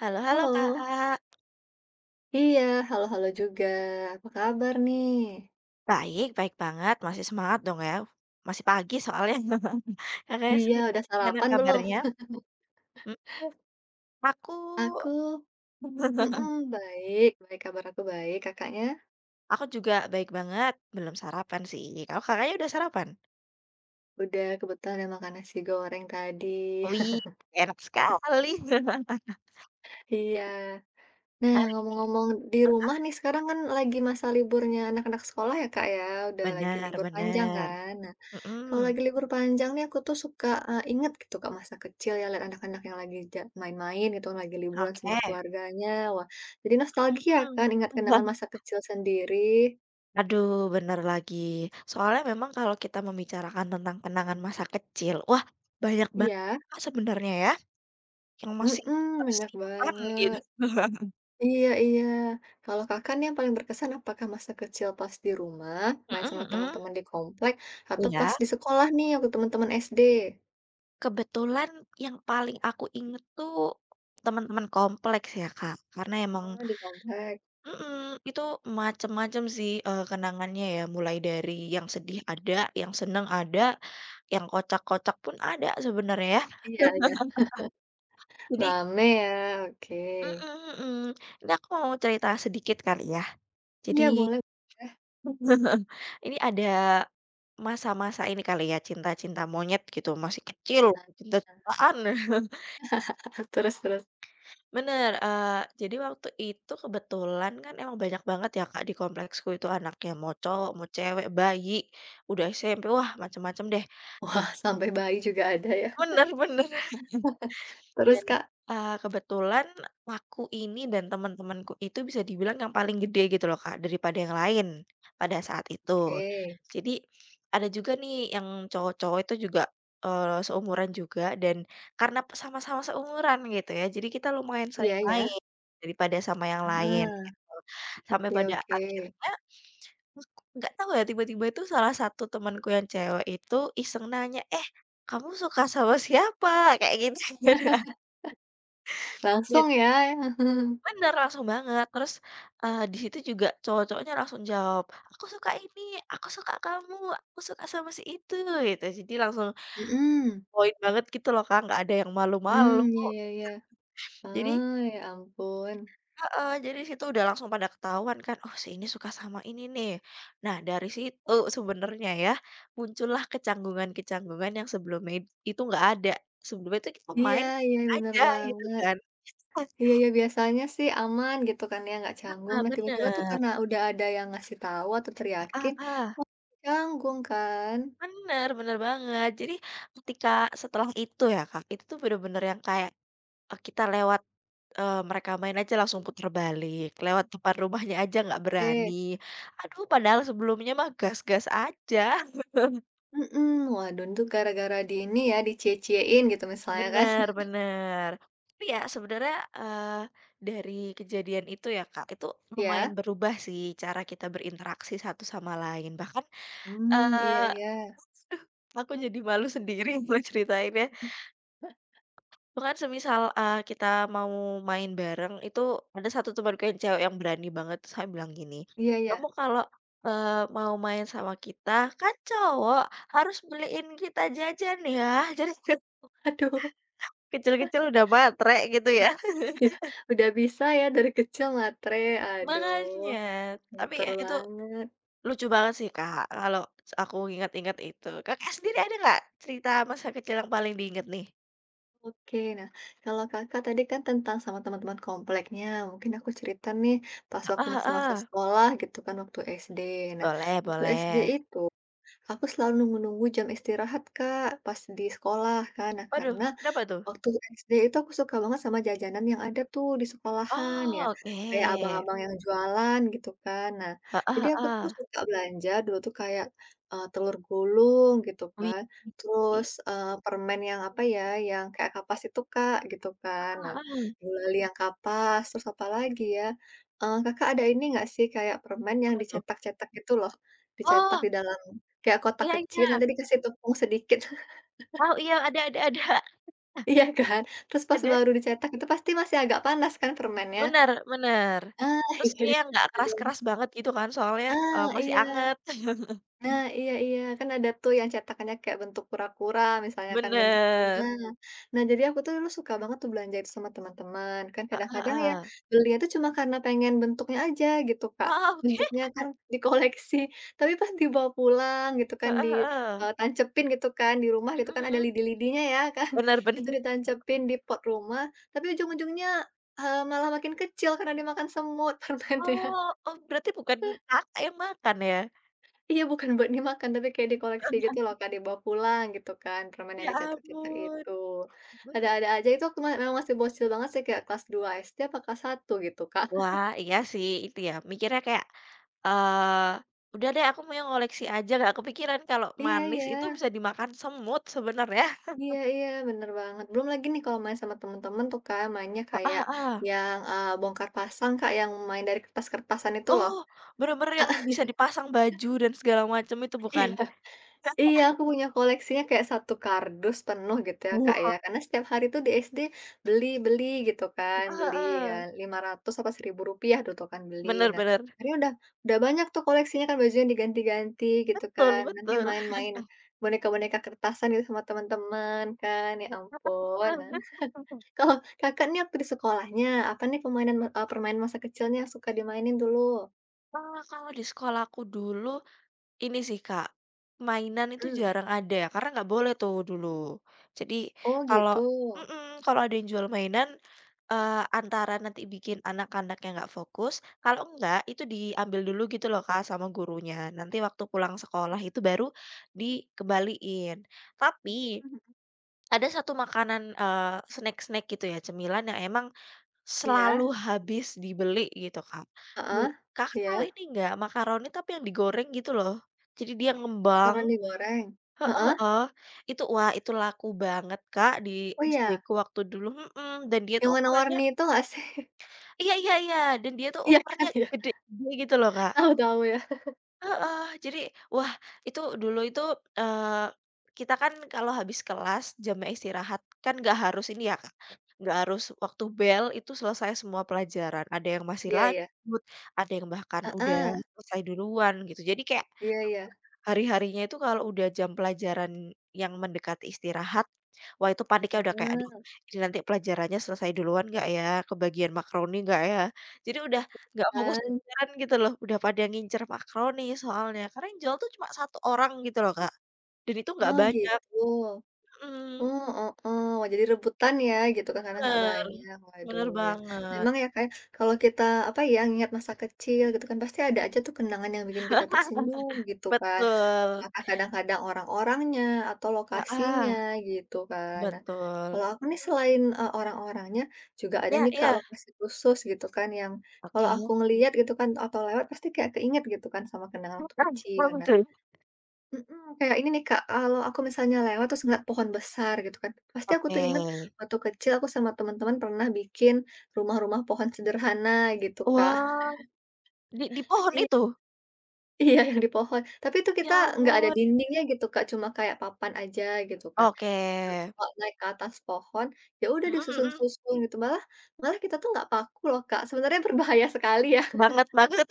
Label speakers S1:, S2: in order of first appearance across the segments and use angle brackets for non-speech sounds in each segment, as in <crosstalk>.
S1: Halo halo,
S2: Halo.
S1: Kak.
S2: Iya, halo-halo juga. Apa kabar nih?
S1: Baik baik banget, masih semangat dong ya, masih pagi soalnya. <laughs> Kakaknya
S2: Iya,
S1: sendiri
S2: udah
S1: gimana
S2: sarapan belum?
S1: kabarnya? Mmm, aku
S2: Aku mhm,
S1: <laughs>
S2: baik baik, kabar aku baik. Kakaknya?
S1: aku juga baik banget, belum sarapan sih. Kalau Kakaknya udah sarapan?
S2: Udah, kebetulan udah makan nasi goreng tadi.
S1: Wih,
S2: <laughs>
S1: enak sekali. <laughs>
S2: Iya. Nah, ngomong-ngomong di rumah nih, sekarang kan lagi masa liburnya anak-anak sekolah ya, Kak, ya? Udah lagi
S1: Bener
S2: libur panjang
S1: bener,
S2: kan? Kalau
S1: mhm,
S2: lagi libur panjang nih aku tuh suka, inget gitu Kak masa kecil ya lihat anak-anak yang lagi main-main gitu, lagi liburan sama
S1: oke,
S2: keluarganya. Wah, jadi nostalgia
S1: mhm.
S2: kan ingat kenangan
S1: <laughs>
S2: masa kecil sendiri.
S1: Aduh, bener lagi. Soalnya memang kalau kita membicarakan tentang kenangan masa kecil, wah banyak banget,
S2: Iya,
S1: Kak, sebenarnya ya. Yang masih
S2: mhm, banyak
S1: tersimpan gitu.
S2: banget.
S1: Mhm
S2: Iya iya. Kalau Kakak nih yang paling berkesan apakah masa kecil pas di rumah, main sama
S1: mhm.
S2: teman-teman di komplek, atau pas
S1: Iya.
S2: di sekolah nih waktu teman-teman SD?
S1: Kebetulan yang paling aku inget tuh teman-teman kompleks ya, Kak, karena emang
S2: Oh, di komplek.
S1: mhm, itu macem-macem sih, kenangannya ya, mulai dari yang sedih ada, yang seneng ada, yang kocak-kocak pun ada sebenarnya ya.
S2: Iya iya.
S1: <laughs> Jadi
S2: Rame ya, oke.
S1: mhm mhm, ini aku mau cerita sedikit kali ya. Jadi
S2: Iya boleh boleh.
S1: <laughs> ini ada masa-masa ini kali ya, cinta-cinta monyet gitu, masih kecil,
S2: Heeh.
S1: cinta-cintaan. <laughs>
S2: <laughs> Terus terus?
S1: Bener, jadi waktu itu kebetulan kan emang banyak banget ya, Kak, di kompleksku itu anaknya, mau cowok, mau cewek, bayi, udah SMP, wah macem-macem deh.
S2: Wah, sampai bayi juga ada ya?
S1: Bener bener.
S2: Terus,
S1: Dan,
S2: Kak?
S1: kebetulan aku ini dan teman-temanku itu bisa dibilang yang paling gede gitu loh, Kak, daripada yang lain pada saat itu.
S2: Oke.
S1: Jadi ada juga nih yang cowok-cowok itu juga, seumuran juga dan karena sama-sama seumuran gitu ya, jadi kita lumayan sering
S2: Iya ya?
S1: main daripada sama yang lain
S2: Ah,
S1: gitu. Sampai
S2: oke
S1: pada
S2: oke.
S1: akhirnya aku nggak tahu ya tiba-tiba itu salah satu temanku yang cewek itu iseng nanya, "Eh, kamu suka sama siapa?" Kayak gitu. Dan
S2: Langsung ya? <laughs> Heeh.
S1: bener, langsung banget. Terus, di situ juga cowok-cowoknya langsung jawab, "Aku suka ini, aku suka kamu, aku suka sama si itu," gitu. Jadi langsung
S2: Mhm.
S1: poin banget gitu loh, Kak, nggak ada yang
S2: Mmm,
S1: malu-malu.
S2: ya ya ya.
S1: Jadi
S2: Oh, ya ampun.
S1: heeh, jadi di situ udah langsung pada ketahuan kan, "Oh, si ini suka sama ini nih." Nah, dari situ sebenarnya ya, muncullah kecanggungan-kecanggungan yang sebelumnya itu nggak ada. Sebelumnya itu kita
S2: Iya
S1: main
S2: iya, bener
S1: aja gitu
S2: banget.
S1: kan.
S2: Iya
S1: <laughs>
S2: iya, biasanya sih aman gitu kan ya, nggak canggung.
S1: Ah
S2: Nah, tiba-tiba tuh
S1: bener.
S2: karena udah ada yang ngasih tahu atau
S1: Heeh
S2: teriakin,
S1: heeh.
S2: wah canggung kan.
S1: Bener bener banget. Jadi ketika setelah itu ya, Kak, itu tuh bener-bener yang kayak, kita lewat, mereka main aja langsung putar balik, lewat depan rumahnya aja nggak berani.
S2: Oke.
S1: Aduh, padahal sebelumnya mah gas-gas aja. <laughs>
S2: Mhm. Waduh, itu gara-gara di ini ya, dicie-ciein gitu misalnya kan?
S1: Bener
S2: <laughs>
S1: bener. Tapi ya sebenarnya, eee, dari kejadian itu ya, Kak, itu lumayan
S2: Ya?
S1: berubah sih cara kita berinteraksi satu sama lain. Bahkan,
S2: Mmm, iya
S1: eee,
S2: iya.
S1: aku jadi malu sendiri <laughs> mau ceritainnya. Bahkan semisal, kita mau main bareng itu ada satu temanku yang cewek yang berani banget, terus saya bilang gini,
S2: Iya
S1: "Kamu
S2: iya.
S1: kalau, eee, mau main sama kita, kan cowok harus beliin kita jajan ya." <laughs> Jadi
S2: Aduh,
S1: kecil-kecil udah matre gitu ya. <laughs>
S2: iya, udah bisa ya dari kecil matre, aduh,
S1: Makanya, tapi
S2: pinter
S1: ya itu
S2: banget.
S1: lucu banget sih, Kak, kalau aku ingat-ingat itu. Kakak sendiri ada nggak cerita masa kecil yang paling diinget nih?
S2: Oke, nah kalau Kakak tadi kan tentang sama teman-teman kompleknya, mungkin aku cerita nih pas
S1: Ah
S2: waktu
S1: ah
S2: masa-masa
S1: ah.
S2: sekolah gitu kan waktu SD. Nah,
S1: Boleh
S2: waktu SD
S1: boleh.
S2: itu aku selalu nunggu-nunggu jam istirahat Kak, pas di sekolah kan. Nah,
S1: Waduh, kenapa tuh?
S2: Waktu SD itu aku suka banget sama jajanan yang ada tuh di sekolahan ya,
S1: Oh, oke.
S2: kayak abang-abang yang jualan gitu kan. Nah,
S1: Heeh
S2: jadi aku
S1: heeh.
S2: tuh suka belanja dulu tuh kayak, telur gulung gitu
S1: Wih.
S2: kan, terus, permen yang apa ya, yang kayak kapas itu, Kak, gitu kan.
S1: Heeh
S2: Nah,
S1: heeh.
S2: gula yang kapas, terus apa lagi ya, Kakak ada ini nggak sih kayak permen yang
S1: Apa tuh?
S2: dicetak-cetak gitu loh, dicetak
S1: Oh,
S2: di dalam kayak kotak
S1: iya
S2: kecil
S1: iya.
S2: nanti dikasih tepung sedikit.
S1: Oh, iya, ada ada. <laughs>
S2: Iya kan? Terus pas
S1: Ada.
S2: baru dicetak itu pasti masih agak panas kan permennya?
S1: Bener bener.
S2: Ah, <laughs>
S1: Terus dia
S2: iya.
S1: yang nggak
S2: Ada yang
S1: keras-keras banget gitu kan soalnya,
S2: ah,
S1: masih
S2: iya.
S1: anget. <laughs>
S2: Nah, iya iya, kan ada tuh yang cetakannya kayak bentuk kura-kura, misalnya kan bentuk bunga.
S1: Bener.
S2: Nah, jadi aku tuh dulu suka banget tuh belanja itu sama teman-teman, kan
S1: Heeh
S2: kadang-kadang ya
S1: heeh.
S2: belinya tuh cuma karena pengen bentuknya aja gitu, Kak.
S1: Heeh, oke.
S2: Bentuknya kan dikoleksi, tapi pas dibawa pulang gitu kan
S1: Heeh
S2: di,
S1: heeh.
S2: tancepin gitu kan di rumah gitu
S1: Mhm
S2: kan ada
S1: mhm.
S2: lidi-lidinya ya kan,
S1: Bener
S2: <laughs> itu
S1: bener.
S2: ditancepin di pot rumah, tapi ujung-ujungnya, malah makin kecil karena dimakan semut <laughs> permennya.
S1: Oh oh, berarti bukan Kakak yang makan ya?
S2: Iya, bukan buat dimakan, tapi kayak
S1: <laughs>
S2: dikoleksi
S1: Heeh
S2: gitu loh,
S1: heeh.
S2: Kak, dibawa pulang gitu kan, permen yang
S1: Ya
S2: dicetak-cetak
S1: ampun.
S2: itu.
S1: Mhm.
S2: Ada-ada aja, itu waktu memang masih bocil banget sih, kayak kelas 2 apa kelas satu gitu, Kak. <laughs>
S1: Wah, iya sih itu ya, mikirnya kayak, udah deh aku mau ngoleksi aja, nggak kepikiran kalau
S2: Iya
S1: manis itu
S2: iya.
S1: bisa dimakan semut sebenarnya.
S2: Iya iya, bener banget. Belum lagi nih kalau main sama temen-temen tuh, Kak, mainnya kayak
S1: Heeh heeh.
S2: yang, bongkar pasang, Kak, yang main dari kertas-kertasan itu loh.
S1: Oh, bener-bener yang bisa dipasang baju dan segala macam itu bukan?
S2: <laughs> Iya,
S1: <laughs>
S2: aku punya koleksinya kayak satu kardus penuh gitu ya, Kak, ya.
S1: Wah.
S2: Karena setiap hari tuh di SD beli beli gitu kan, beli
S1: Heeh
S2: kan 500 apa Rp1.000 dulu tuh kan beli.
S1: bener
S2: Nah,
S1: bener,
S2: akhirnya udah banyak tuh koleksinya kan, bajunya diganti-ganti gitu
S1: betul
S2: kan. Nanti
S1: betul.
S2: main-main boneka-boneka kertasan gitu sama teman-teman kan, ya ampun. Nah,
S1: <laughs>
S2: kalau Kakak nih waktu di sekolahnya, apa nih permainan permainan masa kecilnya yang suka dimainin dulu?
S1: Kalau di sekolahku dulu ini sih, Kak, mainan itu
S2: Mhm.
S1: jarang ada ya, karena nggak boleh tuh dulu. Jadi
S2: Oh
S1: kalau
S2: gitu.
S1: mhm, kalau ada yang jual mainan antara nanti bikin anak-anaknya nggak fokus, kalau enggak itu diambil dulu gitu loh Kak sama gurunya, nanti waktu pulang sekolah itu baru dikembaliin. Tapi
S2: Mhm.
S1: ada satu makanan, snack-snack gitu ya, cemilan yang emang
S2: Iya,
S1: selalu habis dibeli gitu Kak. Dulu
S2: heeh,
S1: Kakak
S2: iya.
S1: tahu ini nggak, makaroni tapi yang digoreng gitu loh, jadi dia ngembang
S2: Makaroni digoreng?
S1: heeh
S2: Heeh,
S1: heeh, itu wah itu laku banget Kak di
S2: oh iya,
S1: SD-ku waktu dulu mhm, dan dia
S2: yang
S1: tuh ukurannya
S2: warna-warni itu nggak sih? <laughs>
S1: Iya iya iya, dan dia tuh
S2: Iya kan
S1: ukurannya
S2: ya?
S1: gede-gede gitu loh, Kak.
S2: Tahu tahu ya.
S1: Heeh, jadi wah itu dulu itu, kita kan kalau habis kelas jamnya istirahat kan nggak harus ini ya, Kak, nggak harus waktu bel itu selesai semua pelajaran, ada yang masih
S2: Iya ya,
S1: lanjut, ada yang bahkan udah
S2: heeh,
S1: selesai duluan gitu. Jadi kayak
S2: iya ya,
S1: hari-harinya itu kalau udah jam pelajaran yang mendekati istirahat, wah itu paniknya udah kayak, "Aduh,
S2: heeh,
S1: ini nanti pelajarannya selesai duluan nggak ya? Kebagian makaroni nggak ya?" Jadi udah nggak fokus
S2: kan.
S1: pelajaran gitu loh, udah pada ngincer makaroni soalnya, karena yang jual tuh cuma satu orang gitu loh, Kak, dan itu nggak
S2: Oh
S1: banyak.
S2: gitu.
S1: Mhm,
S2: Oh, oh, oh. Wah jadi rebutan ya gitu kan karena nggak
S1: bener,
S2: banyak, waduh
S1: bener
S2: ya.
S1: banget.
S2: Memang ya kayak kalau kita, apa ya, ingat masa kecil gitu kan pasti ada aja tuh kenangan yang bikin kita tersenyum gitu kan.
S1: Betul,
S2: Apakah kadang-kadang orang-orangnya atau lokasinya
S1: ah
S2: gitu kan. Nah,
S1: betul.
S2: kalau aku nih
S1: Mhm,
S2: selain, orang-orangnya juga ada
S1: iya
S2: nih Kak
S1: iya,
S2: lokasi khusus gitu kan yang kalau aku
S1: oke.
S2: ngelihat gitu kan atau lewat pasti kayak keinget gitu kan sama kenangan
S1: <laughs>
S2: waktu kecil. Nah
S1: Mhm,
S2: mhm, kayak ini nih Kak, kalau aku misalnya lewat terus ngeliat pohon besar gitu kan, pasti aku
S1: oke.
S2: tuh inget waktu kecil aku sama teman-teman pernah bikin rumah-rumah pohon sederhana gitu Kak.
S1: Wah. Di
S2: <laughs>
S1: pohon
S2: Iya
S1: itu?
S2: iya yang di pohon, tapi itu
S1: Ya
S2: kita nggak ada
S1: ampun.
S2: dindingnya gitu Kak, cuma kayak papan aja gitu kan.
S1: Oke.
S2: Kalau naik ke atas pohon, ya udah
S1: Mhm mhm.
S2: disusun-susun gitu, malah malah kita tuh nggak paku loh, Kak, sebenarnya berbahaya sekali ya, <laughs>
S1: Banget banget.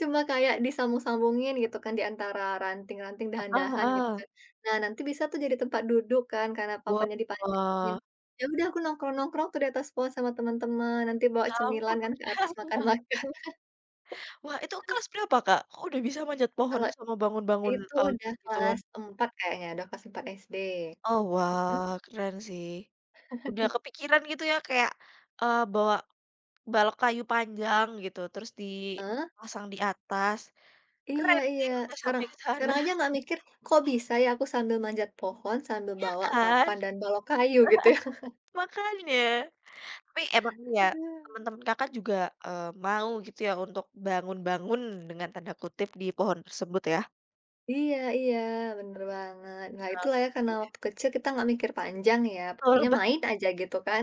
S2: cuma kayak disambung-sambungin gitu kan di antara ranting-ranting,
S1: Heeh
S2: dahan-dahan gitu
S1: heeh.
S2: kan. Nah, nanti bisa tuh jadi tempat duduk kan karena papannya dipanjangin.
S1: Wah.
S2: Ya udah aku nongkrong-nongkrong tuh di atas pohon sama teman-teman, nanti bawa
S1: Ya
S2: cemilan
S1: ampun.
S2: kan ke atas
S1: <laughs>
S2: makan-makan. <laughs>
S1: Wah, itu kelas berapa, Kak? Kok udah bisa manjat pohon
S2: Kalau
S1: sama bangun-bangun,
S2: itu udah
S1: gitu-gituan?
S2: kelas 4 kayaknya, udah kelas 4 SD.
S1: Oh,
S2: Mhm,
S1: wah, keren sih. Udah kepikiran gitu ya kayak, bawa balok kayu panjang gitu, terus
S2: heeh.
S1: dipasang di atas.
S2: Iya
S1: Keren
S2: iya,
S1: sih udah sampai
S2: sekarang
S1: ke sana
S2: sekarang aja nggak mikir, "Kok bisa ya aku sambil manjat pohon, sambil
S1: <laughs>
S2: bawa
S1: kan?
S2: papan dan balok kayu?" Gitu ya.
S1: Makanya. Tapi emang ya
S2: Aduh.
S1: teman-teman Kakak juga, mau gitu ya untuk bangun-bangun dengan tanda kutip di pohon tersebut ya?
S2: Iya iya, bener banget. Nah, itulah ya karena
S1: Oke.
S2: waktu kecil kita nggak mikir panjang ya, pokoknya
S1: Betul ba
S2: main aja gitu kan.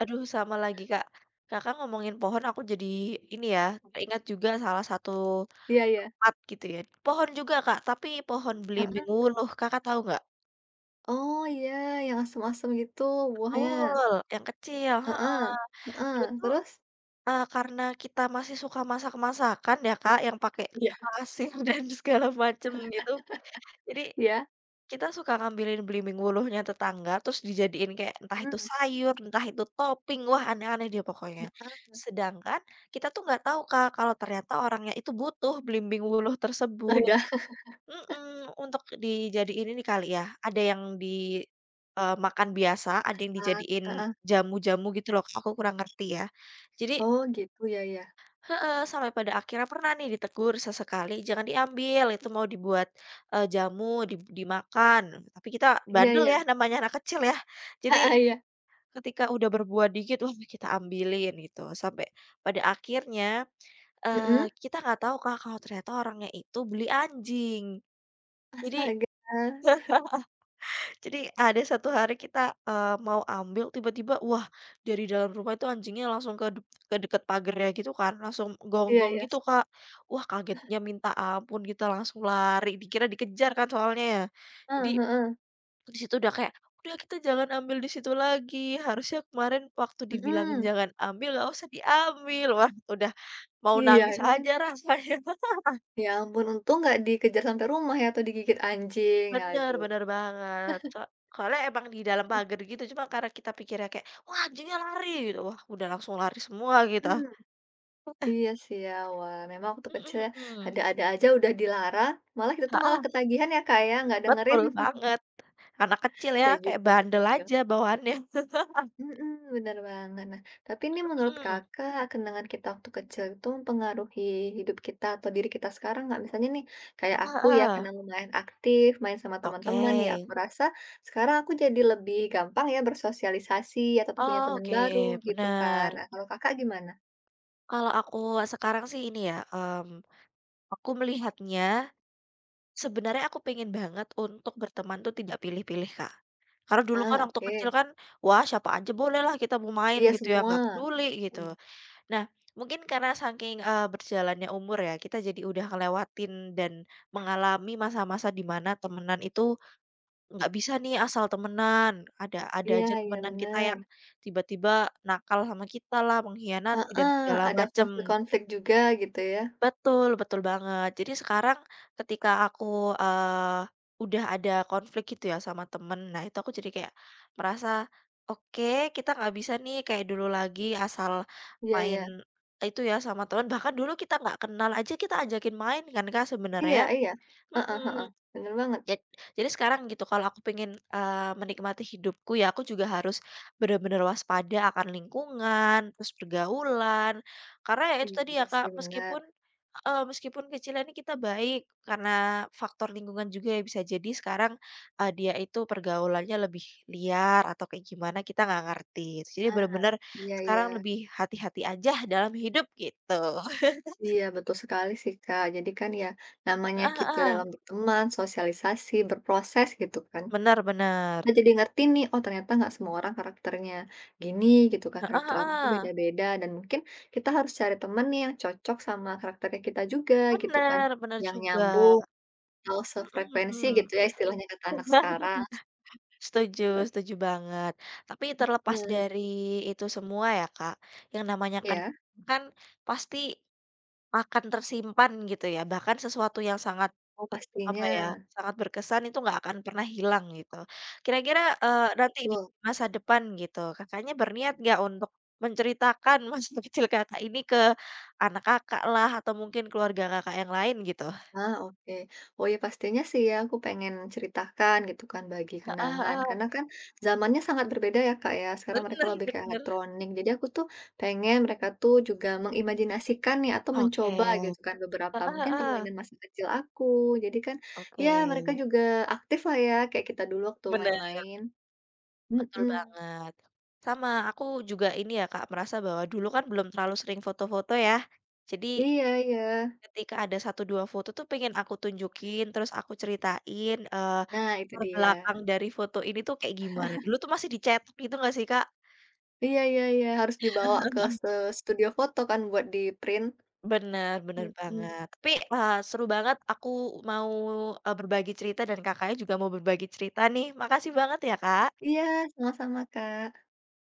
S1: aduh sama lagi Kak, Kakak ngomongin pohon aku jadi ini ya,
S2: <laughs>
S1: ingat juga salah satu
S2: Iya iya.
S1: tempat gitu ya, pohon juga Kak, tapi pohon belimbing
S2: Heeh.
S1: wuluh, Kakak tahu nggak?
S2: Oh iya, yang asem-asem gitu buahnya.
S1: Betul, yang kecil,
S2: Heeh
S1: heeh. Dulu
S2: heeh,
S1: tuh,
S2: terus?
S1: karena kita masih suka masak-masakan ya Kak, yang pakai
S2: Iya.
S1: pasir <laughs> dan segala macem gitu, jadi
S2: Iya?
S1: kita suka ngambilin belimbing wuluhnya tetangga, terus dijadiin kayak entah itu
S2: Mmm,
S1: sayur, entah itu topping, wah aneh-aneh dia pokoknya.
S2: heeh,
S1: Sedangkan kita tuh nggak tahu, Kak, kalau ternyata orangnya itu butuh belimbing wuluh tersebut.
S2: lega
S1: Mhm, untuk dijadiin ini kali ya, ada yang di makan biasa, ada yang
S2: masak,
S1: dijadiin
S2: heeh.
S1: jamu-jamu gitu loh, aku kurang ngerti ya. Jadi
S2: Oh gitu ya ya.
S1: heeh, sampai pada akhirnya pernah nih ditegur sesekali, "Jangan diambil, itu mau dibuat, jamu, di dimakan." Tapi kita
S2: Iya
S1: bandel
S2: iya,
S1: ya, namanya anak kecil ya. Jadi
S2: heeh, iya.
S1: ketika udah berbuah dikit, wah kita ambilin gitu. Sampai pada akhirnya,
S2: Mhm?
S1: kita nggak tahu Kak, kalau ternyata orangnya itu beli anjing. Jadi
S2: Astaga.
S1: <laughs> jadi ada satu hari kita, mau ambil tiba-tiba wah dari dalam rumah itu anjingnya langsung ke deket pagernya gitu kan, langsung
S2: Iya
S1: gonggong
S2: iya.
S1: gitu, Kak. Wah kagetnya minta ampun, kita langsung lari, dikira dikejar kan soalnya ya. Jadi
S2: Heeh heeh.
S1: di situ udah kayak, "Udah kita jangan ambil di situ lagi, harusnya kemarin waktu dibilangin
S2: Mhm.
S1: jangan ambil gak usah diambil." Wah udah mau
S2: Iya
S1: nangis
S2: kan.
S1: aja rasanya.
S2: Ya ampun untung nggak dikejar sampai rumah ya atau digigit anjing,
S1: Bener
S2: aduh.
S1: bener banget, soalnya emang di dalam pagar gitu, cuma karena kita pikirnya kayak, "Wah, anjingnya lari!" gitu, wah udah langsung lari semua gitu.
S2: Mhm. Iya sih ya, wah memang waktu kecil
S1: Mhm
S2: ya
S1: mhm.
S2: ada-ada aja udah dilarang, malah kita tuh malah
S1: Heeh,
S2: ketagihan ya Kak ya, nggak dengerin,
S1: betul
S2: <laughs>
S1: banget. Anak kecil ya,
S2: kayak
S1: kayak
S2: gitu waktu
S1: bandel
S2: kecil.
S1: aja bawaannya. <laughs>
S2: Mhm, bener banget. Nah, tapi ini
S1: Mhm
S2: menurut
S1: mhm.
S2: Kakak, kenangan kita waktu kecil itu mempengaruhi hidup kita atau diri kita sekarang nggak? Misalnya nih, kayak
S1: Heeh
S2: aku ya,
S1: heeh.
S2: karena lumayan aktif, main sama
S1: Oke.
S2: teman-teman ya, aku rasa sekarang aku jadi lebih gampang ya bersosialisasi atau tuh punya
S1: Oh,
S2: teman baru
S1: oke,
S2: gitu kan.
S1: benar.
S2: Nah, kalau Kakak gimana?
S1: Kalau aku sekarang sih ini ya, aku melihatnya sebenarnya aku pengen banget untuk berteman tuh tidak pilih-pilih, Kak. Karena dulu
S2: Ah,
S1: kan waktu
S2: oke.
S1: kecil kan, wah siapa aja boleh lah kita mau main
S2: Iya
S1: gitu ya,
S2: semua.
S1: nggak peduli gitu.
S2: Mmm,
S1: Nah, mungkin karena saking, berjalannya umur ya, kita jadi udah ngelewatin dan mengalami masa-masa di mana temenan itu nggak bisa nih asal temenan. Ada
S2: iya
S1: aja
S2: iya
S1: temenan kita
S2: bener.
S1: yang tiba-tiba nakal sama kita lah, mengkhianati dan
S2: Heeh,
S1: segala
S2: ada
S1: macem.
S2: konflik-konflik juga gitu ya.
S1: Betul betul banget. Jadi sekarang ketika aku, eee, udah ada konflik gitu ya sama temen, nah itu aku jadi kayak merasa, oke kita nggak bisa nih kayak dulu lagi asal
S2: Iya
S1: main
S2: iya.
S1: itu ya sama teman bahkan dulu kita nggak kenal aja kita ajakin main kan Kak
S2: Iya
S1: sebenarnya.
S2: iya. Heeh heeh.
S1: Mhm.
S2: Bener banget.
S1: Ja jadi sekarang gitu kalau aku pengen, menikmati hidupku ya aku juga harus bener-bener waspada akan lingkungan, terus pergaulan, karena ya itu
S2: Iya
S1: tadi
S2: juga
S1: ya
S2: sih,
S1: Kak,
S2: bener.
S1: meskipun heeh, meskipun kecilnya ini kita baik karena faktor lingkungan juga ya bisa jadi sekarang, dia itu pergaulannya lebih liar atau kayak gimana kita nggak ngerti. Jadi
S2: Ah,
S1: bener-bener
S2: iya iya.
S1: sekarang lebih hati-hati aja dalam hidup gitu. <laughs>
S2: Iya, betul sekali sih, Kak. Jadi kan ya namanya
S1: Ah
S2: kita
S1: heeh,
S2: dalam berteman, sosialisasi, berproses gitu kan.
S1: benar bener.
S2: Kita jadi ngerti nih, oh ternyata nggak semua orang karakternya gini gitu kan.
S1: Ah ah
S2: Karakter orang tuh
S1: ah.
S2: beda-beda dan mungkin kita harus cari temen nih yang cocok sama karakternya kita juga gitu kan.
S1: Benar bener
S2: Yang
S1: juga.
S2: nyambung atau
S1: Mhm
S2: sefrekuensi gitu
S1: mhm.
S2: ya istilahnya kata anak
S1: <laughs>
S2: sekarang.
S1: Setuju
S2: <laughs>
S1: setuju banget. Tapi terlepas
S2: Nah,
S1: dari itu semua ya, Kak, yang namanya kan
S2: ya.
S1: kan pasti akan tersimpan gitu ya, bahkan sesuatu yang sangat,
S2: Oh
S1: et apa
S2: pastinya,
S1: ya, sangat berkesan itu nggak akan pernah hilang gitu. Kira-kira, nanti di
S2: betul.
S1: masa depan gitu, Kakaknya berniat nggak untuk menceritakan <laughs> masa kecil Kakak ini ke anak Kakak lah atau mungkin keluarga Kakak yang lain gitu?
S2: Ah, oke. Oh ya pastinya sih ya aku pengen ceritakan gitu kan bagi
S1: Heeh
S2: kenangan
S1: heeh,
S2: karena kan zamannya sangat berbeda ya Kak ya. Sekarang mereka
S1: bener
S2: lebih ke
S1: bener.
S2: elektronik. Jadi aku tuh pengen mereka tuh juga mengimajinasikan nih atau
S1: Oke.
S2: mencoba gitu kan
S1: Heeh
S2: beberapa mungkin
S1: heeh.
S2: permainan masa kecil aku. Jadi kan
S1: Oke.
S2: ya mereka juga aktif lah ya kayak kita dulu waktu
S1: Bener.
S2: main-main.
S1: Betul
S2: Mm-mm.
S1: banget. Sama, aku juga ini ya, Kak, merasa bahwa dulu kan belum terlalu sering foto-foto ya. Jadi
S2: Iya, iya.
S1: ketika ada satu 2 foto tuh pengen aku tunjukin, terus aku ceritain,
S2: Nah, itu
S1: latar
S2: dia.
S1: belakang dari foto ini tuh kayak gimana. Dulu tuh masih dicetak gitu nggak sih, Kak?
S2: Iya, iya, iya. Harus
S1: <laughs>
S2: dibawa ke
S1: Heeh heeh.
S2: studio foto kan buat di print.
S1: Bener bener banget. Tapi, seru banget aku mau, berbagi cerita dan Kakaknya juga mau berbagi cerita nih. Makasih banget ya, Kak.
S2: Iya, sama-sama Kak.